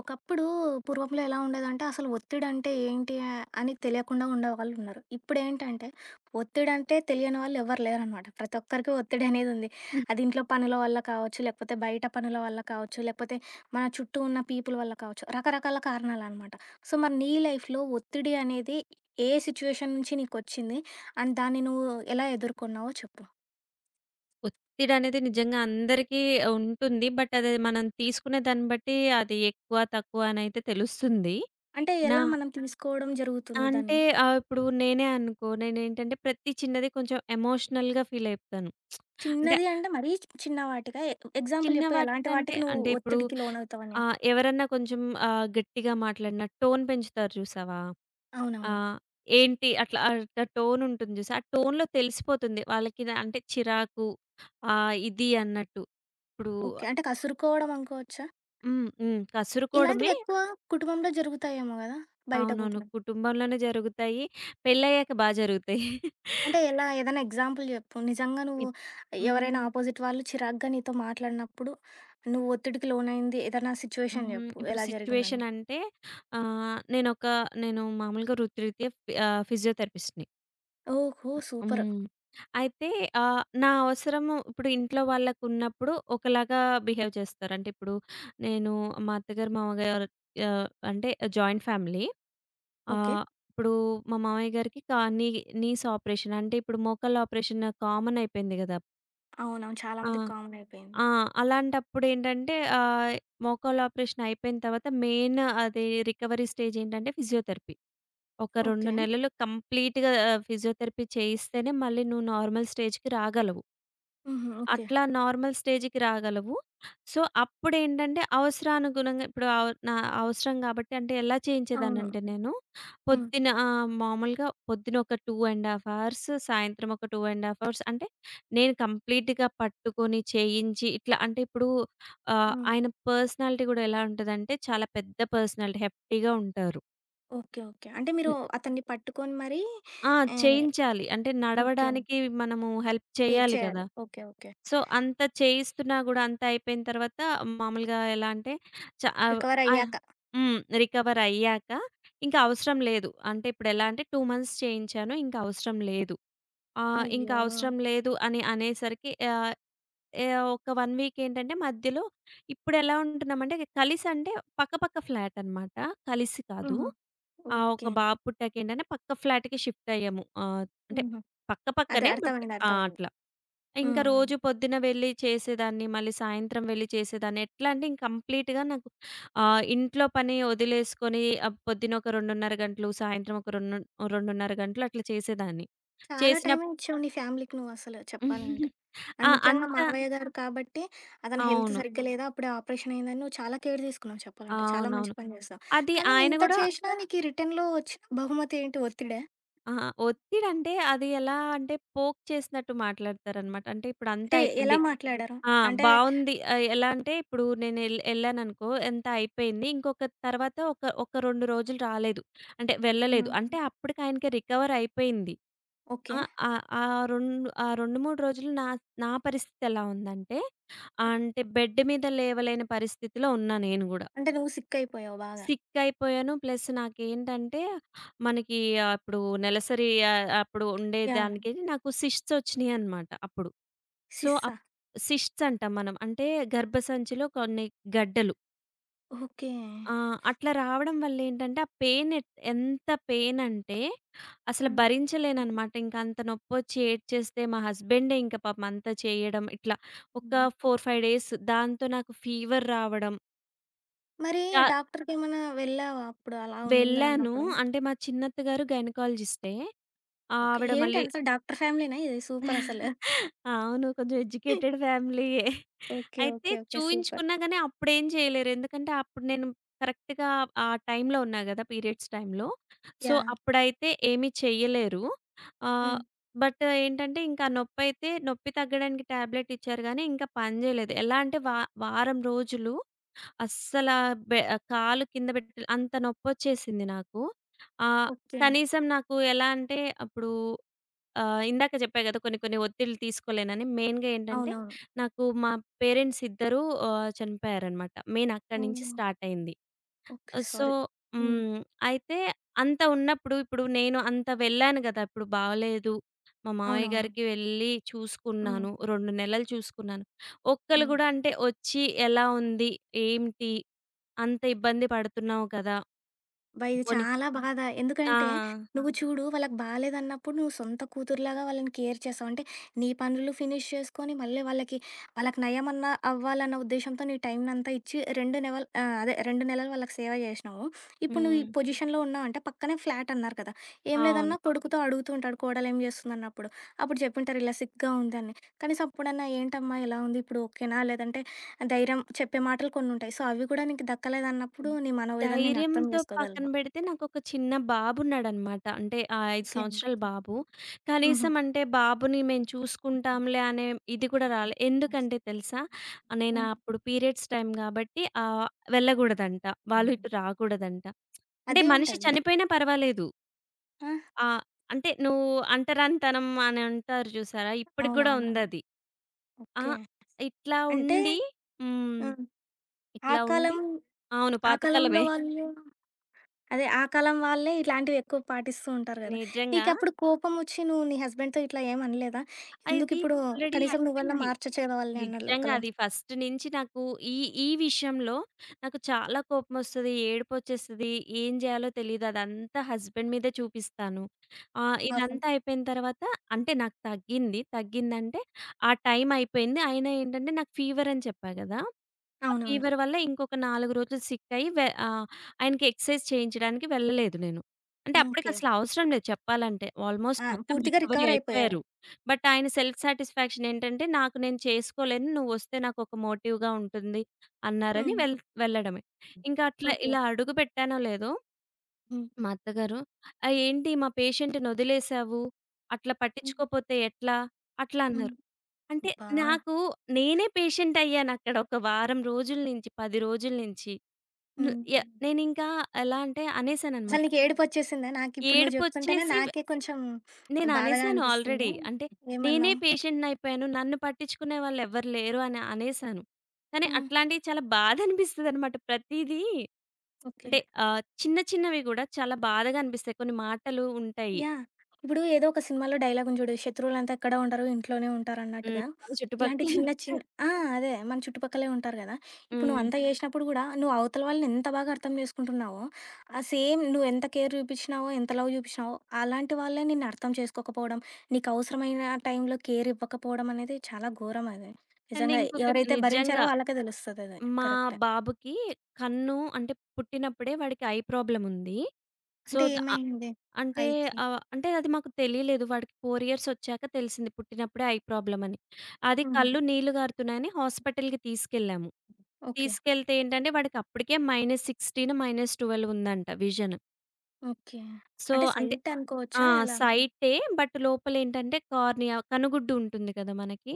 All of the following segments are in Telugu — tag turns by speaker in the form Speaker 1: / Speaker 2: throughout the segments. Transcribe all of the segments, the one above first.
Speaker 1: ఒకప్పుడు పూర్వంలో ఎలా ఉండేదంటే అసలు ఒత్తిడంటే ఏంటి ఆ అని తెలియకుండా ఉండేవాళ్ళు ఉన్నారు. ఇప్పుడేంటంటే ఒత్తిడంటే తెలియని వాళ్ళు ఎవరు లేరనమాట. ప్రతి ఒక్కరికి ఒత్తిడి అనేది ఉంది. అది ఇంట్లో పనుల వల్ల కావచ్చు, లేకపోతే బయట పనుల వల్ల కావచ్చు, లేకపోతే మన చుట్టూ ఉన్న పీపుల్ వల్ల కావచ్చు. రకరకాల కారణాలనమాట. సో, మరి నీ లైఫ్‌లో ఒత్తిడి అనేది ఏ సిచ్యుయేషన్ నుంచి నీకొచ్చింది? అండ్ దాన్ని నువ్వు ఎలా ఎదుర్కొన్నావో చెప్పు?
Speaker 2: ఒత్తిడనేది నిజంగా అందరికీ ఉంటుంది. బట్ అది మనం తీసుకునే దాన్ని బట్టి అది ఎక్కువ, తక్కువ అనైతే తెలుస్తుంది.
Speaker 1: అంటే
Speaker 2: నా
Speaker 1: ఎలా మనం తీసుకోవడం జరుగుతుంది దాన్ని?
Speaker 2: ఇప్పుడు నేనే అనుకో నేనేంటంటే ప్రతి చిన్నది కొంచెం ఎమోషనల్‌గా ఫీల్ అయిపోతాను. అంటే
Speaker 1: చిన్నది అంటే మరీ చిన్న వాటికా? ఎగ్జాంపుల్
Speaker 2: చిన్న
Speaker 1: చెప్పు ఎలాంటి
Speaker 2: వాటికంటే
Speaker 1: వాటికి నువ్వు
Speaker 2: అంటే ఇప్పుడు
Speaker 1: ఒత్తిడికి లోనవుతావని?
Speaker 2: ఎవరన్నా కొంచెం గట్టిగా మాట్లాడిన టోన్ పెంచుతారు చూసావా?
Speaker 1: అవునవును.
Speaker 2: ఆహ్, ఏంటి అట్లా అట్లా టోన్ ఉంటుంది చూసా? ఆ టోన్‌లో తెలిసిపోతుంది వాళ్ళకి ఇది అంటే చిరాకు ఇది అన్నట్టు. ఇప్పుడు
Speaker 1: ఓకే. అంటే కసురుకోవడం అనుకోవచ్చా?
Speaker 2: హ్మ్. హ్మ్.
Speaker 1: ఇలాంటివి
Speaker 2: కసురుకోవడమే.
Speaker 1: ఎక్కువ కుటుంబంలో జరుగుతాయేమో గదా! బయట
Speaker 2: అవునవును,
Speaker 1: గూడా.
Speaker 2: కుటుంబంలోనే జరుగుతాయి. పెళ్ళయ్యాక బా జరుగుతాయి.
Speaker 1: అంటే ఎలా? ఏదైనా ఎగ్జాంపుల్ చెప్పు. నిజంగా నువ్వు
Speaker 2: ఇప్
Speaker 1: ఎవరైనా
Speaker 2: హ్మ్.
Speaker 1: అపోజిట్ వాళ్ళు చిరాగ్గా నీతో మాట్లాడినప్పుడు, నువ్వు ఒత్తిడికి లోనైంది ఏదైనా సిచ్యువేషన్
Speaker 2: హ్మ్.
Speaker 1: జెప్పు.
Speaker 2: ఇప్పుడు
Speaker 1: ఎలా జరిగిందని?
Speaker 2: సిట్యుయేషన్ అంటే ఆహ్, నేనొక నేను మామూలుగా వృత్తిరీత్యా ఫిజియోథెరపిస్ట్‌ని.
Speaker 1: ఓహో! సూపర్.
Speaker 2: హ్మ్. అయితే నా అవసరము ఇప్పుడు ఇంట్లో వాళ్ళకున్నప్పుడు ఒకలాగా బిహేవ్ చేస్తారు. అంటే ఇప్పుడు నేను మా అత్తగారు, మామగారు అంటే జాయింట్ ఫ్యామిలీ.
Speaker 1: ఓకే.
Speaker 2: ఆహ్, ఇప్పుడు మా మామయ్య గారికి కా నీ నీస్ ఆపరేషన్. అంటే ఇప్పుడు మోకాళ్ళ ఆపరేషన్ కామన్ అయిపోయింది గదా!
Speaker 1: అవునవును. చాలా
Speaker 2: ఆ!
Speaker 1: మందికి కామన్ అయిపోయింది.
Speaker 2: ఆ! అలాంటప్పుడేంటంటే మోకాళ్ళ ఆపరేషన్ అయిపోయిన తర్వాత మెయిన్ అది రికవరీ స్టేజ్ ఏంటంటే ఫిజియోథెరపీ. ఒక 2
Speaker 1: ఓకే.
Speaker 2: నెలలు కంప్లీట్‌గా ఫిజియోథెరపీ చేయిస్తేనే మళ్ళీ నువ్వు నార్మల్ స్టేజ్‌కి రాగలవు.
Speaker 1: హుహు. ఓకే.
Speaker 2: అట్లా నార్మల్ స్టేజ్‌కి రాగలవు. సో, అప్పుడేంటంటే అవసరానుగుణంగా ఇప్పుడు అవ నా అవసరం గాబట్టి అంటే ఎలా
Speaker 1: అవును.
Speaker 2: చేయించేదాన్నంటే నేను
Speaker 1: హ్మ్.
Speaker 2: మామూలుగా పొద్దున ఒక 2½ ½ అవర్స్, సాయంత్రం ఒక 2½ ½ అవర్స్ అంటే నేను కంప్లీట్‌గా పట్టుకొని, చేయించి ఇట్లా అంటే ఇప్పుడు
Speaker 1: హ్మ్.
Speaker 2: ఆయన పర్సనాలిటీ గూడా ఎలా ఉంటదంటే చాలా పెద్ద పర్సనాలిటీ. హెఫ్టీగా ఉంటారు.
Speaker 1: ఓకే. ఓకే. అంటే మీరు అతన్ని పట్టుకొని మరీ
Speaker 2: ఆ!
Speaker 1: ఆహ్,
Speaker 2: చేయించాలి. అంటే
Speaker 1: ఓకే.
Speaker 2: నడవడానికి మనము హెల్ప్
Speaker 1: వెయిట్
Speaker 2: చేయాలి గదా!
Speaker 1: చేయాలి. ఓకే. ఓకే.
Speaker 2: సో, అంత చేయిస్తున్నా గూడా అంతా అయిపోయిన తర్వాత మామూలుగా ఎలా అంటే చ ఆవ్
Speaker 1: రికవర్
Speaker 2: ఆ!
Speaker 1: అయ్యాక.
Speaker 2: హ్మ్. రికవర్ అయ్యాక ఇంక అవసరం లేదు. అంటే ఇప్పుడెలా అంటే 2 మంత్స్ చేయించాను. ఇంక అవసరం లేదు. ఇంక
Speaker 1: అయ్యో!
Speaker 2: అవసరం లేదు అని అనేసరికి ఒక 1 వీక్ ఏంటంటే మధ్యలో ఇప్పుడెలా ఉంటున్నామంటే కలిసంటే పక్కపక్క ఫ్లాట్ అనమాట. కలిసి కాదు.
Speaker 1: హుహు.
Speaker 2: ఆ! ఒక
Speaker 1: ఓకే.
Speaker 2: బాబు పుట్టాకేంటంటే పక్క ఫ్లాట్‌కి షిఫ్ట్ అయ్యాము. అంటే
Speaker 1: హుహు.
Speaker 2: పక్క
Speaker 1: అదే
Speaker 2: పక్కనే బట్
Speaker 1: అర్థమైంది.
Speaker 2: ఆ!
Speaker 1: అర్థమైంది.
Speaker 2: అట్లా. ఇంకా
Speaker 1: హ్మ్.
Speaker 2: రోజు పొద్దున వెళ్లి చేసేదాన్ని. మళ్ళీ సాయంత్రం వెళ్లి చేసేదాన్ని. ఎట్లా అంటే ఇంక కంప్లీట్‌గా నాకు ఇంట్లో పని వదిలేసుకొని పొద్దున ఒక 2:30 గంటలు, సాయంత్రం ఒక 2:30 గంటలు అట్లా చేసేదాన్ని.
Speaker 1: చాలా
Speaker 2: చేసిన
Speaker 1: టైమే ఇచ్చావు నీ ఫ్యామిలీకి నువ్వసలు చెప్పాలంటే.
Speaker 2: ఆ!
Speaker 1: అండ్ ముఖ్యంగా
Speaker 2: అంత
Speaker 1: మావయ్య గారు కాబట్టి అతని హెల్త్
Speaker 2: అవును.
Speaker 1: సరిగ్గా లేదా, అప్పుడే ఆపరేషన్ అయిందని నువ్వు చాలా కేర్ తీసుకున్నావు చెప్పాలంటే. చాలా మంచి
Speaker 2: అవునవును.
Speaker 1: పని చేశావు.
Speaker 2: అది
Speaker 1: కానీ
Speaker 2: ఆయన
Speaker 1: ఇంత
Speaker 2: గూడా
Speaker 1: చేషినా నీకీ రిటర్న్‌లో వచ్చిన బహుమతి ఏంటి ఒత్తిడా?
Speaker 2: అహా! ఒత్తిడంటే అది ఎలా అంటే పోక్ చేసినట్టు మాట్లాడతారనమాట. అంటే ఇప్పుడు అంతా
Speaker 1: అంటే ఎలా
Speaker 2: అయిపోయింది.
Speaker 1: మాట్లాడారు?
Speaker 2: ఆ!
Speaker 1: అంటే
Speaker 2: బావుంది. ఎలా అంటే ఇప్పుడు నేను ఎళ్ళాననుకో ఎంత అయిపోయింది. ఇంకొక తర్వాత ఒక 2 రోజులు రాలేదు. అంటే
Speaker 1: హ్మ్.
Speaker 2: వెళ్ళలేదు. అంటే అప్పటికాయనకి రికవర్ అయిపోయింది.
Speaker 1: ఓకే.
Speaker 2: ఆ! ఆహ్, ఆ 2 ఆ 2, 3 రోజులు నా నా పరిస్థితి ఎలా ఉందంటే, అంటే బెడ్ మీద లేవలేని పరిస్థితిలో ఉన్నా నేను గూడా.
Speaker 1: అంటే నువ్వు సిక్కయిపోయావు బాగా.
Speaker 2: సిక్ అయిపోయాను. ప్లస్ నాకేంటంటే మనకి ఇప్పుడు నెలసరి అప్పుడు
Speaker 1: యాహ్!
Speaker 2: ఉండేదానికి నాకు సిస్ట్స్ వచ్చినియనమాట అప్పుడు. సో,
Speaker 1: సిస్సా?
Speaker 2: అప్ సిస్ట్స్ అంటాం మనం. అంటే గర్భసంచిలో కొన్ని గడ్డలు.
Speaker 1: ఓకే.
Speaker 2: ఆ! అట్లా రావడం వల్లేంటంటే, ఆ పెయిన్ ఎంత పెయినంటే,
Speaker 1: ఆ!
Speaker 2: అసలు భరించలేననమాట. ఇంక అంత నొప్పొచ్చి ఏడ్చేస్తే, మా హస్బెండే ఇంక పాపం అంతా చేయడం. ఇట్లా ఒక
Speaker 1: హ్మ్.
Speaker 2: 4, 5 డేస్ దాంతో నాకు ఫీవర్ రావడం.
Speaker 1: మరి
Speaker 2: చా
Speaker 1: డాక్టర్‌కేమైనా వెళ్ళావా అప్పుడు అలా
Speaker 2: వెళ్ళాను.
Speaker 1: ఉందన్నప్పుడు?
Speaker 2: అంటే మా చిన్నత్త గారు గైనకాలజిస్టే.
Speaker 1: ఓకే.
Speaker 2: ఆవిడ
Speaker 1: ఏంటి
Speaker 2: మళ్ళీ
Speaker 1: అంతా డాక్టర్ ఫ్యామిలీనా ఇది సూపరసలు.
Speaker 2: అవును, కొంచెం ఎడ్యుకేటెడ్ ఫ్యామిలీయే.
Speaker 1: ఓకే.
Speaker 2: అయితే
Speaker 1: ఓకే. ఓకే. సూపర్.
Speaker 2: చూయించుకున్నా గాని అప్పుడేం చేయలేరు. ఎందుకంటే అప్పుడు నేను కరెక్ట్‌గా ఆ టైంలో ఉన్నా గదా! పీరియడ్స్ టైంలో. So,
Speaker 1: yeah!
Speaker 2: అప్పుడైతే ఏమీ చెయ్యలేరు. ఆహ్,
Speaker 1: హ్మ్.
Speaker 2: బట్ ఏంటంటే ఇంకా నొప్పైతే నొప్పి తగ్గడానికి టాబ్లెట్ ఇచ్చారు గానీ ఇంకా పని జేయలేదు. ఎలా అంటే వారం రోజులు అస్సల బె కాలు కింద బెట్టి అంత నొప్పొచ్చేసింది నాకు. ఆహ్,
Speaker 1: ఓకే.
Speaker 2: కనీసం నాకు ఎలా అంటే అప్పుడు ఇందాక చెప్పా గదా! కొన్ని కొన్ని ఒత్తిళ్ళు తీసుకోలేనని. మెయిన్‌గా ఏంటంటే,
Speaker 1: అవునవును.
Speaker 2: నాకు మా పేరెంట్స్ ఇద్దరూ చనిపోయారనమాట. మెయిన్ అక్కడి నుంచి
Speaker 1: ఓహ్!
Speaker 2: స్టార్ట్ అయింది.
Speaker 1: ఓకే.
Speaker 2: So,
Speaker 1: sorry. హ్మ్.
Speaker 2: హ్మ్. అయితే అంత ఉన్నప్పుడు ఇప్పుడు నేను అంత వెళ్ళాను గదా! ఇప్పుడు బాలేదు. మా మామయ్య
Speaker 1: అవునవును.
Speaker 2: గారికి వెళ్ళి
Speaker 1: హ్మ్.
Speaker 2: చూసుకున్నాను. 2 నెలలు చూసుకున్నాను. ఒక్కళ్ళు
Speaker 1: హ్మ్.
Speaker 2: గూడా అంటే వచ్చి ఎలా ఉంది? ఏంటి? అంత ఇబ్బంది పడుతున్నావు కదా!
Speaker 1: అబ్బా! ఇది
Speaker 2: పోనీ
Speaker 1: చాలా బాధ.
Speaker 2: ఆ!
Speaker 1: ఎందుకంటే నువ్వు చూడు వాళ్ళకి బాలేదన్నప్పుడు నువ్వు సొంత కూతురులాగా వాళ్ళని కేర్ చేసావు. అంటే నీ పనులు ఫినిష్ చేసుకొని మళ్ళీ వాళ్ళకి వాళ్ళకి నయమన్నా అవ్వాలన్న ఉద్దేశంతో నీ టైంనంతా ఇచ్చి 2 నెవల్ ఆహ్, అదే 2 నెలలు వాళ్ళకి సేవ చేసినావు. ఇప్పుడు నువ్వు ఈ
Speaker 2: హ్మ్.
Speaker 1: పొజిషన్‌లో ఉన్నావంటే పక్కనే ఫ్లాట్ అన్నారు కదా! ఏం
Speaker 2: అవును.
Speaker 1: లేదన్నా కొడుకుతో అడుగుతూ ఉంటాడు కోడలు ఏం చేస్తుందన్నప్పుడు. అప్పుడు చెప్పుంటారు ఇలా సిక్‌గా ఉందని. కనీసం అప్పుడన్నా ఏంటమ్మా ఎలా ఉంది? ఇప్పుడు ఓకేనా? లేదంటే ధైర్యం చెప్పే మాటలు కొన్నుంటాయి. సో, అవి కూడా నీకు దక్కలేదన్నప్పుడు
Speaker 2: హ్మ్.
Speaker 1: నీ మనోవేదన నేను అర్థం
Speaker 2: ధైర్యంతో
Speaker 1: చేసుకోగలను.
Speaker 2: పక్కన బెడితే నాకొక చిన్న బాబున్నాడనమాట. అంటే ఆ 5
Speaker 1: ఓకే.
Speaker 2: సంవత్సరాల బాబు.
Speaker 1: హుహు.
Speaker 2: కనీసం అంటే బాబుని మేము చూసుకుంటాంలే అనే ఇది కూడా రాలే. ఎందుకంటే తెలుసా? నేను అప్పుడు పీరియడ్స్ టైమ్ గాబట్టి వెళ్ళగూడదంట. వాళ్ళు
Speaker 1: హ్మ్.
Speaker 2: ఇటు రాకూడదంట. అంటే మనిషి
Speaker 1: అదేంటది?
Speaker 2: చనిపోయినా పర్వాలేదు.
Speaker 1: ఆ!
Speaker 2: ఆ! అంటే నువ్వు అంటరానితనం అని అంటారు చూసారా? ఇప్పటికి గూడా
Speaker 1: అవునవునవును.
Speaker 2: ఉందది. ఆ!
Speaker 1: ఓకే.
Speaker 2: ఇట్లా
Speaker 1: అంటే
Speaker 2: ఉండి హ్మ్.
Speaker 1: హ్మ్. ఆ
Speaker 2: ఇట్లా ఉండి
Speaker 1: కాలం
Speaker 2: అవును,
Speaker 1: ఆ కాలంలో
Speaker 2: పాతకాలమే.
Speaker 1: వాళ్ళు అదే ఆ కాలం వాళ్ళే ఇలాంటివి ఎక్కువ పాటిస్తూ ఉంటారు గదా!
Speaker 2: నిజంగా.
Speaker 1: నీకప్పుడు కోపమొచ్చి నువ్వు నీ హస్బెండ్‌తో ఇట్లా ఏమనలేదా?
Speaker 2: అది
Speaker 1: ఎందుకిప్పుడు
Speaker 2: ఆల్రెడీ
Speaker 1: కనీసం నువ్వన్నా
Speaker 2: అయిపోయింది.
Speaker 1: మార్చొచ్చు గదా వాళ్ళని అన్న
Speaker 2: నిజంగా
Speaker 1: లెక్కలో
Speaker 2: అది ఫస్ట్ నుంచి నాకు ఈ ఈ విషయంలో నాకు చాలా కోపమొస్తది. ఏడుపొచ్చేస్తది. ఏం జేయాలో తెలీదు. అదంతా హస్బెండ్ మీదే చూపిస్తాను.
Speaker 1: పాపం.
Speaker 2: ఇదంతా అయిపోయిన తర్వాత అంటే నాకు తగ్గింది. తగ్గిందంటే ఆ టైం అయిపోయింది. అయినా ఏంటంటే నాకు ఫీవర్ అని చెప్పా గదా! ఆ
Speaker 1: అవునవును.
Speaker 2: ఫీవర్ వల్ల ఇంకొక 4 రోజులు సిక్కయ్యి ఆయనకి ఎక్సర్‌సైజ్ చేయించడానికి వెళ్ళలేదు నేను. అంటే
Speaker 1: ఓకే.
Speaker 2: అప్పటికసలు అవసరం లేదు చెప్పాలంటే. ఆల్‌మోస్ట్
Speaker 1: ఆ!
Speaker 2: మొత్తం
Speaker 1: పూర్తిగా
Speaker 2: రికవరీ
Speaker 1: రికవర్ అయిపోయారు.
Speaker 2: అయిపోయారు. బట్ ఆయన సెల్ఫ్ సాటిస్‌ఫాక్షన్ ఏంటంటే, నాకు నేను చేసుకోలేను. నువ్వొస్తే నాకొక మోటివ్‌గా ఉంటుంది అన్నారని
Speaker 1: హ్మ్.
Speaker 2: వెళ్ళడమే. ఇంకా అట్లా
Speaker 1: ఓకే.
Speaker 2: ఇలా అడుగు పెట్టానో లేదో
Speaker 1: హ్మ్.
Speaker 2: మా అత్తగారు, ఏంటి మా పేషెంట్‌ని వదిలేసావు? అట్లా
Speaker 1: హ్మ్.
Speaker 2: పట్టించుకోపోతే ఎట్లా?" అట్లా
Speaker 1: హ్మ్.
Speaker 2: అన్నారు. అంటే
Speaker 1: అబ్బా!
Speaker 2: నాకు నేనే పేషెంట్ అయ్యానక్కడ ఒక వారం రోజుల నుంచి, 10 రోజుల నుంచి. ను య
Speaker 1: హ్మ్.
Speaker 2: నేనింకా ఎలా అంటే
Speaker 1: అసలు
Speaker 2: అనేసాననమాట.
Speaker 1: నీకు ఏడుపొచ్చేసిందా? నాకిప్పుడు నువ్వు జెప్తుంటేనే
Speaker 2: ఏడుపొచ్చేసి
Speaker 1: నాకే కొంచెం
Speaker 2: నేను
Speaker 1: బాధగా
Speaker 2: అనేసాను
Speaker 1: అనిపిస్తుంది.
Speaker 2: ఆల్రెడీ. అంటే నేనే
Speaker 1: ఏమన్నావు?
Speaker 2: పేషెంట్‌నయిపోయాను. నన్ను పట్టించుకునే వాళ్ళెవ్వరు లేరు అని అనేసాను. కానీ
Speaker 1: హ్మ్.
Speaker 2: అట్లాంటివి చాలా బాధ అనిపిస్తదనమాట. ప్రతీదీ
Speaker 1: ఓకే.
Speaker 2: అంటే చిన్న చిన్నవి గూడా చాలా బాధగా అనిపిస్తాయి. కొన్ని మాటలు ఉంటాయి.
Speaker 1: యాహ్! ఇప్పుడు ఏదో ఒక సినిమాలో డైలాగ్ ఉంది చూడు. శత్రువులంతా ఎక్కడ ఉండరు ఇంట్లోనే
Speaker 2: హ్మ్.
Speaker 1: ఉంటారన్నట్టుగా.
Speaker 2: మన
Speaker 1: ఇలాంటి
Speaker 2: చుట్టుపక్కలే
Speaker 1: చిన్న చిన్న
Speaker 2: ఉంటారు.
Speaker 1: ఆ! అదే మన చుట్టుపక్కలే ఉంటారు గదా! ఇప్పుడు
Speaker 2: హ్మ్.
Speaker 1: నువ్వంతా జేసినప్పుడు గూడా నువ్వు అవతల వాళ్ళని ఎంత బాగా అర్థం జేసుకుంటున్నావో, ఆ సేమ్ నువ్వు ఎంత కేర్ జూపిచ్చినావో, ఎంత లవ్ జూపిచ్చినావో, అలాంటి వాళ్ళే నిన్ను అర్థం చేసుకోకపోవడం, నీకు అవసరమైన టైంలో కేర్ ఇవ్వకపోవడం అనేది చాలా ఘోరం అది.
Speaker 2: అండ్
Speaker 1: నిజంగా
Speaker 2: ఇంకొకటి
Speaker 1: ఎవరైతే భరించారో
Speaker 2: నిజంగా.
Speaker 1: వాళ్ళకే దెలుస్తదది.
Speaker 2: మా
Speaker 1: కరెక్టే.
Speaker 2: బాబుకి కన్ను అంటే పుట్టినప్పుడే వాడికి ఐ ప్రాబ్లమ్ ఉంది. సో,
Speaker 1: అంటే
Speaker 2: ద అ
Speaker 1: ఏమైంది
Speaker 2: అంటే
Speaker 1: ఐకి?
Speaker 2: ఆహ్, అంటే అది మాకు తెలియలేదు. వాడికి 4 ఇయర్స్ వచ్చాక తెలిసింది పుట్టినప్పుడే ఐ ప్రాబ్లమ్ అని. అది
Speaker 1: హుహు.
Speaker 2: కళ్ళు నీళ్లు గారుతున్నాయని హాస్పిటల్‌కి తీసుకెళ్ళాము.
Speaker 1: ఓకే.
Speaker 2: తీసుకెళ్తే ఏంటంటే వాడికి అప్పటికే -16, -12 ఉందంట విజన్.
Speaker 1: ఓకే.
Speaker 2: సో,
Speaker 1: అంటే
Speaker 2: అంటే
Speaker 1: సైట్
Speaker 2: ఆ!
Speaker 1: అనుకోవచ్చా? ఎలా?
Speaker 2: సైటే. బట్ లోపలేంటంటే కార్నియా కనుగుడ్డు ఉంటుంది కదా మనకి.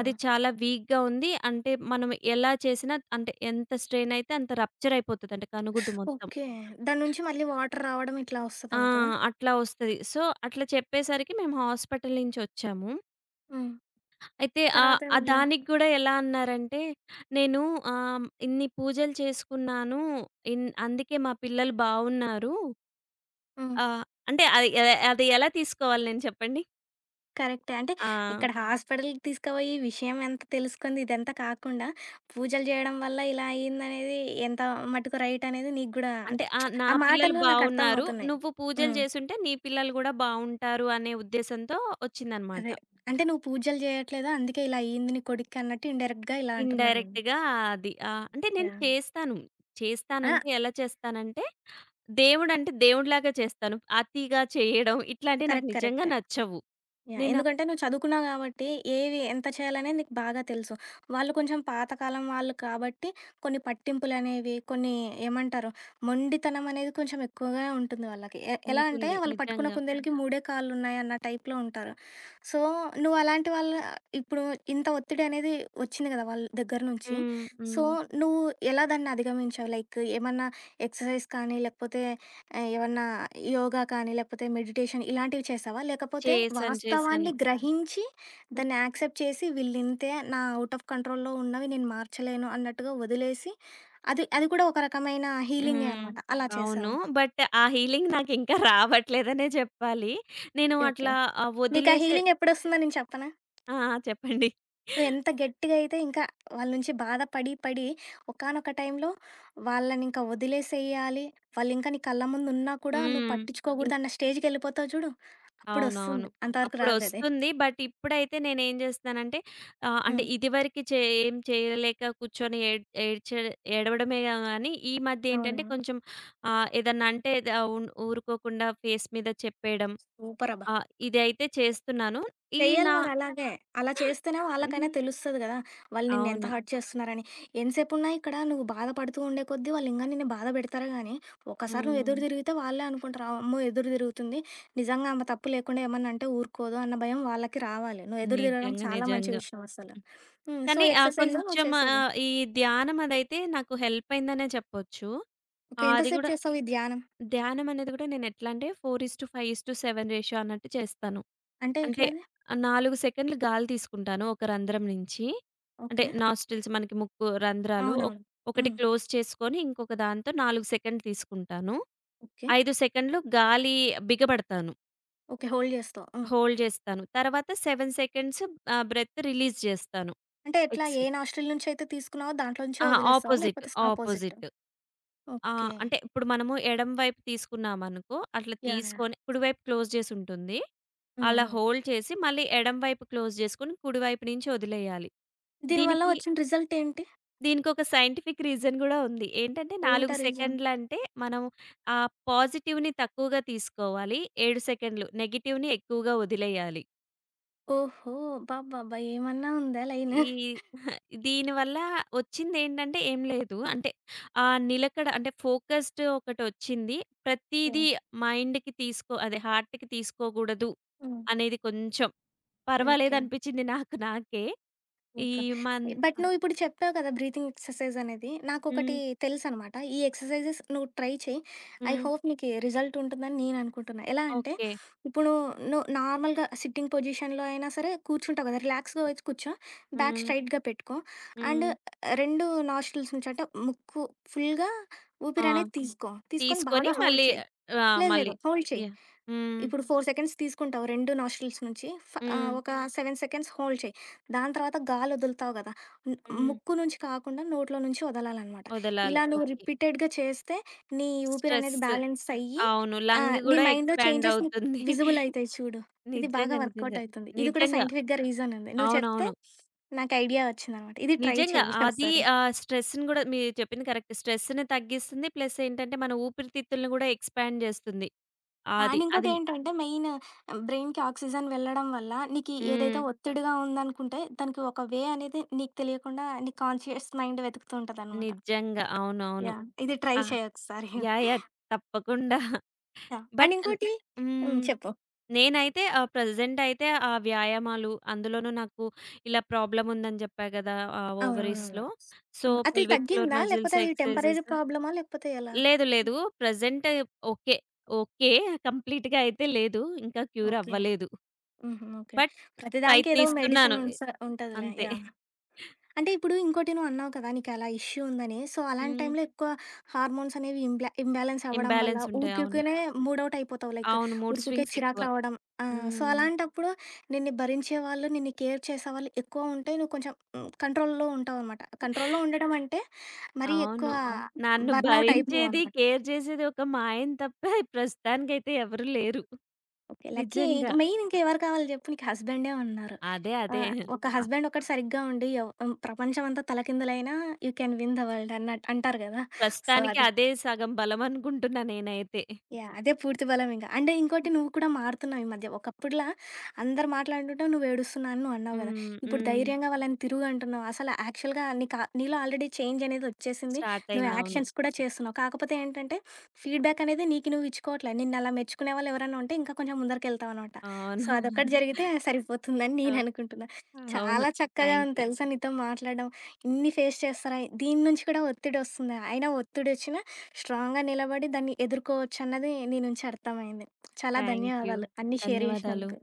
Speaker 2: అది చాలా వీక్‌గా ఉంది. అంటే మనం ఎలా చేసినా అంటే ఎంత స్ట్రెయిన్ అయితే అంత రప్చర్ అయిపోతదంట కనుగుడ్డు మొత్తం.
Speaker 1: ఓకే. దాని నుంచి మళ్ళీ వాటర్ రావడం ఇట్లా
Speaker 2: ఆ!
Speaker 1: వస్తదేమో కదా!
Speaker 2: అట్లా వస్తది. సో, అట్లా చెప్పేసరికి మేము హాస్పిటల్ నుంచి వచ్చాము.
Speaker 1: హ్మ్.
Speaker 2: అయితే
Speaker 1: తర్వాత
Speaker 2: ఆ
Speaker 1: ఏమైందా?
Speaker 2: దానికి గూడా ఎలా అన్నారంటే, "నేను ఇన్ని పూజలు చేసుకున్నాను. అందుకే మా పిల్లలు బావున్నారు."
Speaker 1: హ్మ్.
Speaker 2: ఆహ్, అంటే అది ఎ అది ఎలా తీసుకోవాలి నేను చెప్పండి?
Speaker 1: కరెక్టే. అంటే
Speaker 2: ఆ!
Speaker 1: ఇక్కడ హాస్పిటల్‌కి తీసుకుపోయి విషయం ఎంత తెలుసుకుంది ఇదంతా కాకుండా, పూజలు చేయడం వల్ల ఇలా అయిందనేది ఎంత మటుకు రైట్ అనేది నీకు గూడా
Speaker 2: అంటే
Speaker 1: అంటే
Speaker 2: ఆ! నా
Speaker 1: ఆ
Speaker 2: పిల్లలు
Speaker 1: మాటలు నాకు
Speaker 2: బావున్నారు.
Speaker 1: అర్థమవుతున్నాయి.
Speaker 2: నువ్వు పూజలు
Speaker 1: హ్మ్.
Speaker 2: చేసుంటే నీ పిల్లలు గూడా బావుంటారు అనే ఉద్దేశంతో ఒచ్చిందనమాట.
Speaker 1: అదే. అంటే నువ్వు పూజలు చేయట్లేదు అందుకే ఇలా అయింది నీ కొడుక్కి అన్నట్టు ఇండైరెక్ట్‌గా ఇలా అంటున్నారు నిన్ను.
Speaker 2: ఇండైరెక్ట్‌గా అది. అంటే నేను
Speaker 1: యాహ్!
Speaker 2: చేస్తాను.
Speaker 1: ఆ!
Speaker 2: చేస్తానంటే ఎలా చేస్తానంటే, దేవుడంటే దేవుడిలాగా చేస్తాను. అతిగా చేయడం ఇట్లాంటివి నాకు
Speaker 1: కరెక్ట్.
Speaker 2: నిజంగా
Speaker 1: కరెక్ట్.
Speaker 2: నచ్చవు.
Speaker 1: యాహ్!
Speaker 2: నేను అప్
Speaker 1: ఎందుకంటే నువ్వు చదువుకున్నావు గాబట్టి, ఏవి ఎంత చేయాలనేది నీకు బాగా తెలుసు. వాళ్ళు కొంచెం పాతకాలం వాళ్ళు కాబట్టి, కొన్ని పట్టింపులనేవి, కొన్ని ఏమంటారు మొండితనం అనేది కొంచెం ఎక్కువగా ఉంటుంది వాళ్ళకి. ఎలా అంటే
Speaker 2: ఉంటుంది.
Speaker 1: వాళ్ళు పట్టుకున్న
Speaker 2: నిజంగా.
Speaker 1: కుందేలుకి మూడే కాళ్ళున్నాయన్న టైప్‌లో ఉంటారు. సో, నువ్వు అలాంటి వాళ్ళ ఇప్పుడు ఇంత ఒత్తిడి అనేది వచ్చింది గదా! వాళ్ళ దగ్గర నుంచి.
Speaker 2: హ్మ్. హ్మ్.
Speaker 1: సో, నువ్వు ఎలా దాన్ని అధిగమించావు? లైక్ ఏమన్నా ఎక్సర్‌సైజ్ కానీ, లేకపోతే ఏవన్నా యోగా కానీ, లేకపోతే మెడిటేషన్ ఇలాంటివి చేశావా? లేకపోతే
Speaker 2: చేశాను. చేశాను.
Speaker 1: వాస్తవాన్ని గ్రహించి, దాన్ని యాక్సెప్ట్ చేసి వీళ్ళింతే నా ఔట్ ఆఫ్ కంట్రోల్‌లో ఉన్నవి నేను మార్చలేను అన్నట్టుగా వదిలేసి, అది అది కూడా ఒక రకమైన హీలింగే
Speaker 2: హ్మ్.
Speaker 1: అనమాట. అలా
Speaker 2: అవును.
Speaker 1: చేశావా?
Speaker 2: బట్ ఆ హీలింగ్ నాకింకా రావట్లేదనే జెప్పాలి. నేను
Speaker 1: ఓకే.
Speaker 2: అట్లా ఆహ్,
Speaker 1: నీకా
Speaker 2: వదిలేసే
Speaker 1: హీలింగ్ ఎప్పుడొస్తుందో నేను చెప్పనా?
Speaker 2: ఆ! ఆ! చెప్పండి.
Speaker 1: నువ్వెంత గట్టిగా అయితే ఇంకా వాళ్ళ నుంచి బాధ పడి, పడి, ఒకానొక టైంలో వాళ్ళనింక వదిలేసేయాలి, వాళ్ళింకా నీ కళ్ళ ముందున్నా కూడా నువ్వు
Speaker 2: హ్మ్. ఇం
Speaker 1: పట్టించుకోకూడదన్న స్టేజ్‌కెళ్ళిపోతావు చూడు,
Speaker 2: అవునవును.
Speaker 1: అప్పుడొస్తుంది. అంతవరకు రాదది.
Speaker 2: అప్పుడొస్తుంది. బట్ ఇప్పుడైతే నేనేం చేస్తున్నానంటే ఆహ్, అంటే
Speaker 1: హ్మ్.
Speaker 2: ఇదివరకి చే ఏం చేయలేక కూర్చొని ఏడ్ ఏడ్చే ఏడవడమే గాని, ఈ మధ్య ఏంటంటే
Speaker 1: అవునా!
Speaker 2: కొంచెం ఏదన్నా అంటే ద ఉన్ ఊరుకోకుండా ఫేస్ మీద చెప్పేయడం.
Speaker 1: సూపరబ్బా!
Speaker 2: ఇదైతే చేస్తున్నాను. ఈ
Speaker 1: చెయ్యాలి
Speaker 2: నా
Speaker 1: మరలాగే. అలా చేస్తేనే వాళ్ళకైనా తెలుస్తది గదా! వాళ్ళు నిన్నెంత
Speaker 2: అవును.
Speaker 1: హర్ట్ చేస్తున్నారని. ఎంతసేపున్నా ఇక్కడ నువ్వు బాధపడుతూ ఉండే కొద్దీ వాళ్ళింగా నిన్ను బాధ పెడతారు గానీ, ఒక్కసారి నువ్వు
Speaker 2: హ్మ్.
Speaker 1: ఎదురు తిరిగితే వాళ్ళే అనుకుంటారు, "ఆ, "అమ్మో! ఎదురు తిరుగుతుంది. నిజంగా ఆమె తప్పు లేకుండా ఏమన్నా అంటే ఊరుకోదు" అన్న భయం వాళ్ళకి రావాలి. నువ్వు ఎదురు తిరగడం
Speaker 2: నిజంగా.
Speaker 1: చాలా మంచి
Speaker 2: నిజంగా.
Speaker 1: విషయం అసలు. హ్మ్. సో,
Speaker 2: కానీ ఆహ్,
Speaker 1: ఎక్సర్‌సైజ్ నువ్వు
Speaker 2: కొంచెం
Speaker 1: చేసేవు.
Speaker 2: ఆహ్, ఈ ధ్యానం అదైతే నాకు హెల్ప్ అయిందనే చెప్పొచ్చు.
Speaker 1: ఓకే.
Speaker 2: అది
Speaker 1: ఎంతసేపు
Speaker 2: గూడా
Speaker 1: చేస్తావు ఈ ధ్యానం?
Speaker 2: ధ్యానం అనేది గూడా నేనెట్లా అంటే 4:5:7 రేషియో అన్నట్టు చేస్తాను.
Speaker 1: అంటే
Speaker 2: అంటే
Speaker 1: ఎట్లది?
Speaker 2: 4 సెకండ్లు గాలి తీసుకుంటాను ఒక రంధ్రం నుంచి. అంటే
Speaker 1: ఓకే.
Speaker 2: నాస్ట్రిల్స్ మనకి ముక్కు రంధ్రాలు
Speaker 1: అవునవును.
Speaker 2: ఒకటి
Speaker 1: హ్మ్.
Speaker 2: క్లోజ్ చేసుకొని ఇంకొక దాంతో 4 సెకండ్లు తీసుకుంటాను.
Speaker 1: ఓకే.
Speaker 2: 5 సెకండ్లు గాలి బిగబడతాను.
Speaker 1: ఓకే. హోల్డ్ చేస్తావు. హ్మ్.
Speaker 2: హోల్డ్ జేస్తాను. తర్వాత 7 సెకండ్స్ బ్రెత్ రిలీజ్ జేస్తాను.
Speaker 1: అంటే ఎట్లా?
Speaker 2: ఎక్స్
Speaker 1: ఏ నాస్ట్రిల్ నుంచయితే తీసుకున్నావో దాంట్లో నుంచే
Speaker 2: అహా!
Speaker 1: వదిలేస్తావా?
Speaker 2: అపోజిట్.
Speaker 1: లేకపోతే అపోజిట్?
Speaker 2: అపోజిట్. ఆ!
Speaker 1: ఓకే.
Speaker 2: అంటే ఇప్పుడు మనము ఎడమ వైపు తీసుకున్నామనుకో, అట్లా
Speaker 1: యాహ్! యాహ్!
Speaker 2: తీసుకొని కుడివైపు క్లోజ్ చేసుంటుంది.
Speaker 1: హ్మ్.
Speaker 2: అలా
Speaker 1: హ్మ్.
Speaker 2: హోల్డ్ చేసి మళ్ళీ ఎడమ వైపు క్లోజ్ చేసుకొని, కుడివైపు నుంచి వదిలేయాలి.
Speaker 1: దీనివల్ల
Speaker 2: దీనికి
Speaker 1: వచ్చిన రిజల్ట్ ఏంటి?
Speaker 2: దీనికొక సైంటిఫిక్ రీజన్ గూడా ఉంది. ఏంటంటే 4
Speaker 1: ఏంటా రీజన్?
Speaker 2: సెకండ్లంటే మనం ఆ పాజిటివ్‌ని తక్కువగా తీసుకోవాలి. 7 సెకండ్లు నెగెటివ్‌ని ఎక్కువగా వదిలేయాలి.
Speaker 1: ఓహో! అబ్బబ్బబ్బా! ఏమన్నా ఉందా లైను?
Speaker 2: ఈ దీనివల్ల వచ్చిందేంటంటే ఏం లేదు. అంటే నిలకడ అంటే ఫోకస్డ్ ఒకటొచ్చింది. ప్రతీదీ
Speaker 1: యాహ్!
Speaker 2: మైండ్‌కి తీసుకో అదే హార్ట్‌కి తీసుకోగూడదు
Speaker 1: హ్మ్.
Speaker 2: అనేది కొంచెం
Speaker 1: ఓకే.
Speaker 2: పర్వాలేదనిపిచ్చింది నాకు నాకే. ఈ
Speaker 1: సూపర్.
Speaker 2: మన్
Speaker 1: బట్ నువ్విప్పుడు చెప్పావు కదా! బ్రీతింగ్ ఎక్సర్సైజ్ అనేది. నాకొకటి
Speaker 2: హ్మ్.
Speaker 1: తెలుసనమాట. ఈ ఎక్సర్సైజెస్ నువ్వు ట్రై చెయి. ఐ
Speaker 2: హ్మ్.
Speaker 1: హోప్ నీకీ రిజల్ట్ ఉంటుందని నేననుకుంటున్నా. ఎలా అంటే,
Speaker 2: ఓకే.
Speaker 1: ఇప్పుడు నువ్వు నార్మల్‌గా సిట్టింగ్ పొజిషన్‌లో అయినా సరే కూర్చుంటావు కదా! రిలాక్స్‌గా వచ్చి కూర్చో. బ్యాక్
Speaker 2: హ్మ్.
Speaker 1: స్ట్రెయిట్‌గా పెట్టుకో. అండ్
Speaker 2: హ్మ్.
Speaker 1: 2 నాస్ట్రిల్స్ నుంచి అంటే, ముక్కు ఫుల్‌గా
Speaker 2: ఆ!
Speaker 1: ఊపిరనేది తీసుకో. తీసుకొని
Speaker 2: తీసుకొని
Speaker 1: బాగా హోల్డ్
Speaker 2: మళ్ళీ
Speaker 1: చెయి.
Speaker 2: ఆ!
Speaker 1: లేదు
Speaker 2: మళ్ళీ
Speaker 1: లేదు. హోల్డ్ చెయి.
Speaker 2: యాహ్! హ్మ్.
Speaker 1: ఇప్పుడు 4 సెకండ్స్ తీసుకుంటావు 2 నాస్ట్రిల్స్ నుంచి. ఫ
Speaker 2: హ్మ్.
Speaker 1: ఆహ్, ఒక హ్మ్. 7 సెకండ్స్ హోల్డ్ చెయి. దాని తర్వాత గాలోదులుతావు గదా! న్
Speaker 2: హ్మ్.
Speaker 1: ముక్కు నుంచి కాకుండా నోట్లో నుంచి వదలాలనమాట.
Speaker 2: వదలాలి.
Speaker 1: ఇలా నువ్వు అవును.
Speaker 2: ఓకే.
Speaker 1: రిపీటెడ్‌గా చేస్తే నీ
Speaker 2: స్ట్రెస్
Speaker 1: ఊపిరనేది బ్యాలెన్స్ అయ్యి
Speaker 2: అవును. లంగ్
Speaker 1: నీ
Speaker 2: గూడా
Speaker 1: ఆహా! మైండ్‌లో
Speaker 2: ఎక్స్‌పాండ్
Speaker 1: చేంజెస్ నీకు
Speaker 2: అవుతుంది.
Speaker 1: విజిబుల్ అయితాయి చూడు. ఇది బాగా
Speaker 2: నిజంగా.
Speaker 1: వర్కౌట్
Speaker 2: నిజంగా.
Speaker 1: అయితుంది. ఇది కూడా
Speaker 2: నిజంగా.
Speaker 1: సైంటిఫిక్‌గా రీజన్ ఉంది. నువ్వు చెప్తే
Speaker 2: అవునవును.
Speaker 1: నాకు ఐడియా వచ్చిందనమాట. ఇది ట్రై
Speaker 2: నిజంగా.
Speaker 1: చెయ్యి
Speaker 2: అది
Speaker 1: ఒకసారి.
Speaker 2: స్ట్రెస్‌ని గూడా మీరు చెప్పింది కరెక్ట్. స్ట్రెస్‌ని తగ్గిస్తుంది. ప్లస్ ఏంటంటే మన ఊపిరితిత్తుల్ని గూడా ఎక్స్‌పాండ్ జేస్తుంది. అది.
Speaker 1: అండ్
Speaker 2: అది
Speaker 1: ఇంకోటేంటంటే మెయిన్ బ్రెయిన్‌కి ఆక్సిజన్ వెళ్ళడం వల్ల నీకి ఏదైతే
Speaker 2: హ్మ్.
Speaker 1: ఒత్తిడిగా ఉందనుకుంటే దానికి ఒక వే అనేది నీకు తెలియకుండా నీ కాన్షియస్ మైండ్ వెతుకుతూ ఉంటదనమాట.
Speaker 2: నిజంగా. అవునవును.
Speaker 1: యాహ్! ఇది ట్రై
Speaker 2: ఆ!
Speaker 1: చేయి ఒకసారి.
Speaker 2: యాహ్! యాహ్! తప్పకుండా.
Speaker 1: యాహ్!
Speaker 2: బట్
Speaker 1: అండ్
Speaker 2: అన్
Speaker 1: ఇంకోటి హ్మ్.
Speaker 2: హ్మ్.
Speaker 1: చెప్పు.
Speaker 2: నేనైతే ప్రెజెంట్ అయితే ఆ వ్యాయామాలు అందులోనూ నాకు ఇలా ప్రాబ్లమ్ ఉందని జెప్పా గదా!
Speaker 1: అవునవునవును.
Speaker 2: ఓవరీస్‌లో. సో,
Speaker 1: హ్మ్. అది
Speaker 2: పెల్విక్ ఫ్లోర్
Speaker 1: తగ్గిందా?
Speaker 2: మజిల్స్
Speaker 1: లేకపోతే అది
Speaker 2: ఎక్సర్‌సైజెస్.
Speaker 1: టెంపరరీ ప్రాబ్లమా? లేకపోతే ఎలా?
Speaker 2: లేదు. Present okay. ఓకే. కంప్లీట్‌గా అయితే లేదు. ఇంకా క్యూర్
Speaker 1: ఓకే.
Speaker 2: అవ్వలేదు.
Speaker 1: హుహు. ఓకే.
Speaker 2: బట్
Speaker 1: ప్రతిదానికి ఏదో మెడిసిన్
Speaker 2: ప్రయత్నిస్తున్నాను.
Speaker 1: ఉంటదిలే.
Speaker 2: అంతే.
Speaker 1: యాహ్! అంటే ఇప్పుడు ఇంకోటి నువ్వు అన్నావు కదా నీకు అలా ఇష్యూ ఉందని. సో, అలాంటి
Speaker 2: హ్మ్.
Speaker 1: టైంలో ఎక్కువ హార్మోన్స్ అనేవి ఇంబాలెన్స్ అవ్వడం వల్ల
Speaker 2: ఇంబాలెన్స్ ఉంటాయి. అవును.
Speaker 1: ఊరికిఊరికనే మూడ్ ఔట్ అయిపోతావు. లైక్
Speaker 2: అవును. మూడ్
Speaker 1: ఊరికూరికే
Speaker 2: స్వింగ్స్
Speaker 1: చిరాకు
Speaker 2: ఎక్కువ.
Speaker 1: రావడం. ఆ! సో,
Speaker 2: హ్మ్.
Speaker 1: అలాంటప్పుడు నిన్ను భరించేవాళ్ళు, నిన్ను కేర్ చేసేవాళ్ళు ఎక్కువ ఉంటే నువ్వు కొంచెం కంట్రోల్‌లో ఉంటావనమాట. కంట్రోల్‌లో ఉండడం అంటే మరీ
Speaker 2: అవును.
Speaker 1: ఎక్కువ
Speaker 2: నన్ను
Speaker 1: బర్న్‌ఔట్
Speaker 2: భరించేది,
Speaker 1: అయిపోవనమాట.
Speaker 2: కేర్ చేసేది ఒక మా ఆయన తప్ప ప్రస్తుతానికైతే ఎవరు లేరు.
Speaker 1: ఓకే. లక్కీ
Speaker 2: నిజంగా.
Speaker 1: మెయిన్ ఇంకెవరు కావాలి జెప్పు నీకు హస్బెండే ఉన్నారు.
Speaker 2: అదే.
Speaker 1: ఆ!
Speaker 2: అదే.
Speaker 1: ఒక
Speaker 2: ఆహ్,
Speaker 1: హస్బెండ్ ఒక్కడు సరిగ్గా ఉండి ప్రపంచం అంతా తలకిందులైనా you can win the world అన్నట్టు అంటారు గదా! సో,
Speaker 2: ప్రస్తుతానికి
Speaker 1: అది.
Speaker 2: అదే సగం బలం అనుకుంటున్నా నేనైతే.
Speaker 1: యాహ్! అదే పూర్తి బలం ఇంక. అంటే ఇంకోటి నువ్వు కూడా మారుతున్నావు ఈ మధ్య. ఒకప్పుడులా అందరు మాట్లాడుకుంటే నువ్వు ఏడుస్తున్నా అని నువ్వు అన్నావు గదా!
Speaker 2: హ్మ్.
Speaker 1: ఇప్పుడు
Speaker 2: హ్మ్.
Speaker 1: ధైర్యంగా వాళ్ళని తిరుగు అంటున్నావు. అసలు యాక్చువల్‌గా నీకా నీలో ఆల్రెడీ చేంజ్ అనేది వచ్చేసింది.
Speaker 2: స్టార్ట్
Speaker 1: నువ్వు
Speaker 2: అయింది.
Speaker 1: అవును.
Speaker 2: అవును.
Speaker 1: యాక్షన్స్ కూడా చేస్తున్నావు. కాకపోతే ఏంటంటే ఫీడ్‌బ్యాక్ అనేది నీకు నువ్వు ఇచ్చుకోవట్లే. నిన్నలా మెచ్చుకునే వాళ్ళు ఎవరైనా ఉంటే ఇంకా కొంచెం ముందరికెళ్తావనమాట. సో,
Speaker 2: అవును.
Speaker 1: అదొక్కటి జరిగితే సరిపోతుందని నేను అనుకుంటున్నా.
Speaker 2: అవును.
Speaker 1: చాలా చక్కగా
Speaker 2: థాంక్
Speaker 1: ఉంది
Speaker 2: యూ.
Speaker 1: తెలుసా నీతో మాట్లాడడం. ఇన్ని ఫేస్ చేస్తారా? దీని నుంచి కూడా ఒత్తిడి వస్తుందా? అయినా ఒత్తిడి వచ్చినా స్ట్రాంగ్‌గా నిలబడి దాన్ని ఎదుర్కోవచ్చన్నది నీ నుంచి అర్థమైంది. చాలా
Speaker 2: థాంక్ యూ.
Speaker 1: ధన్యవాదాలు అన్నీ షేర్
Speaker 2: ధన్యవాదాలు.
Speaker 1: జేసినందుకు.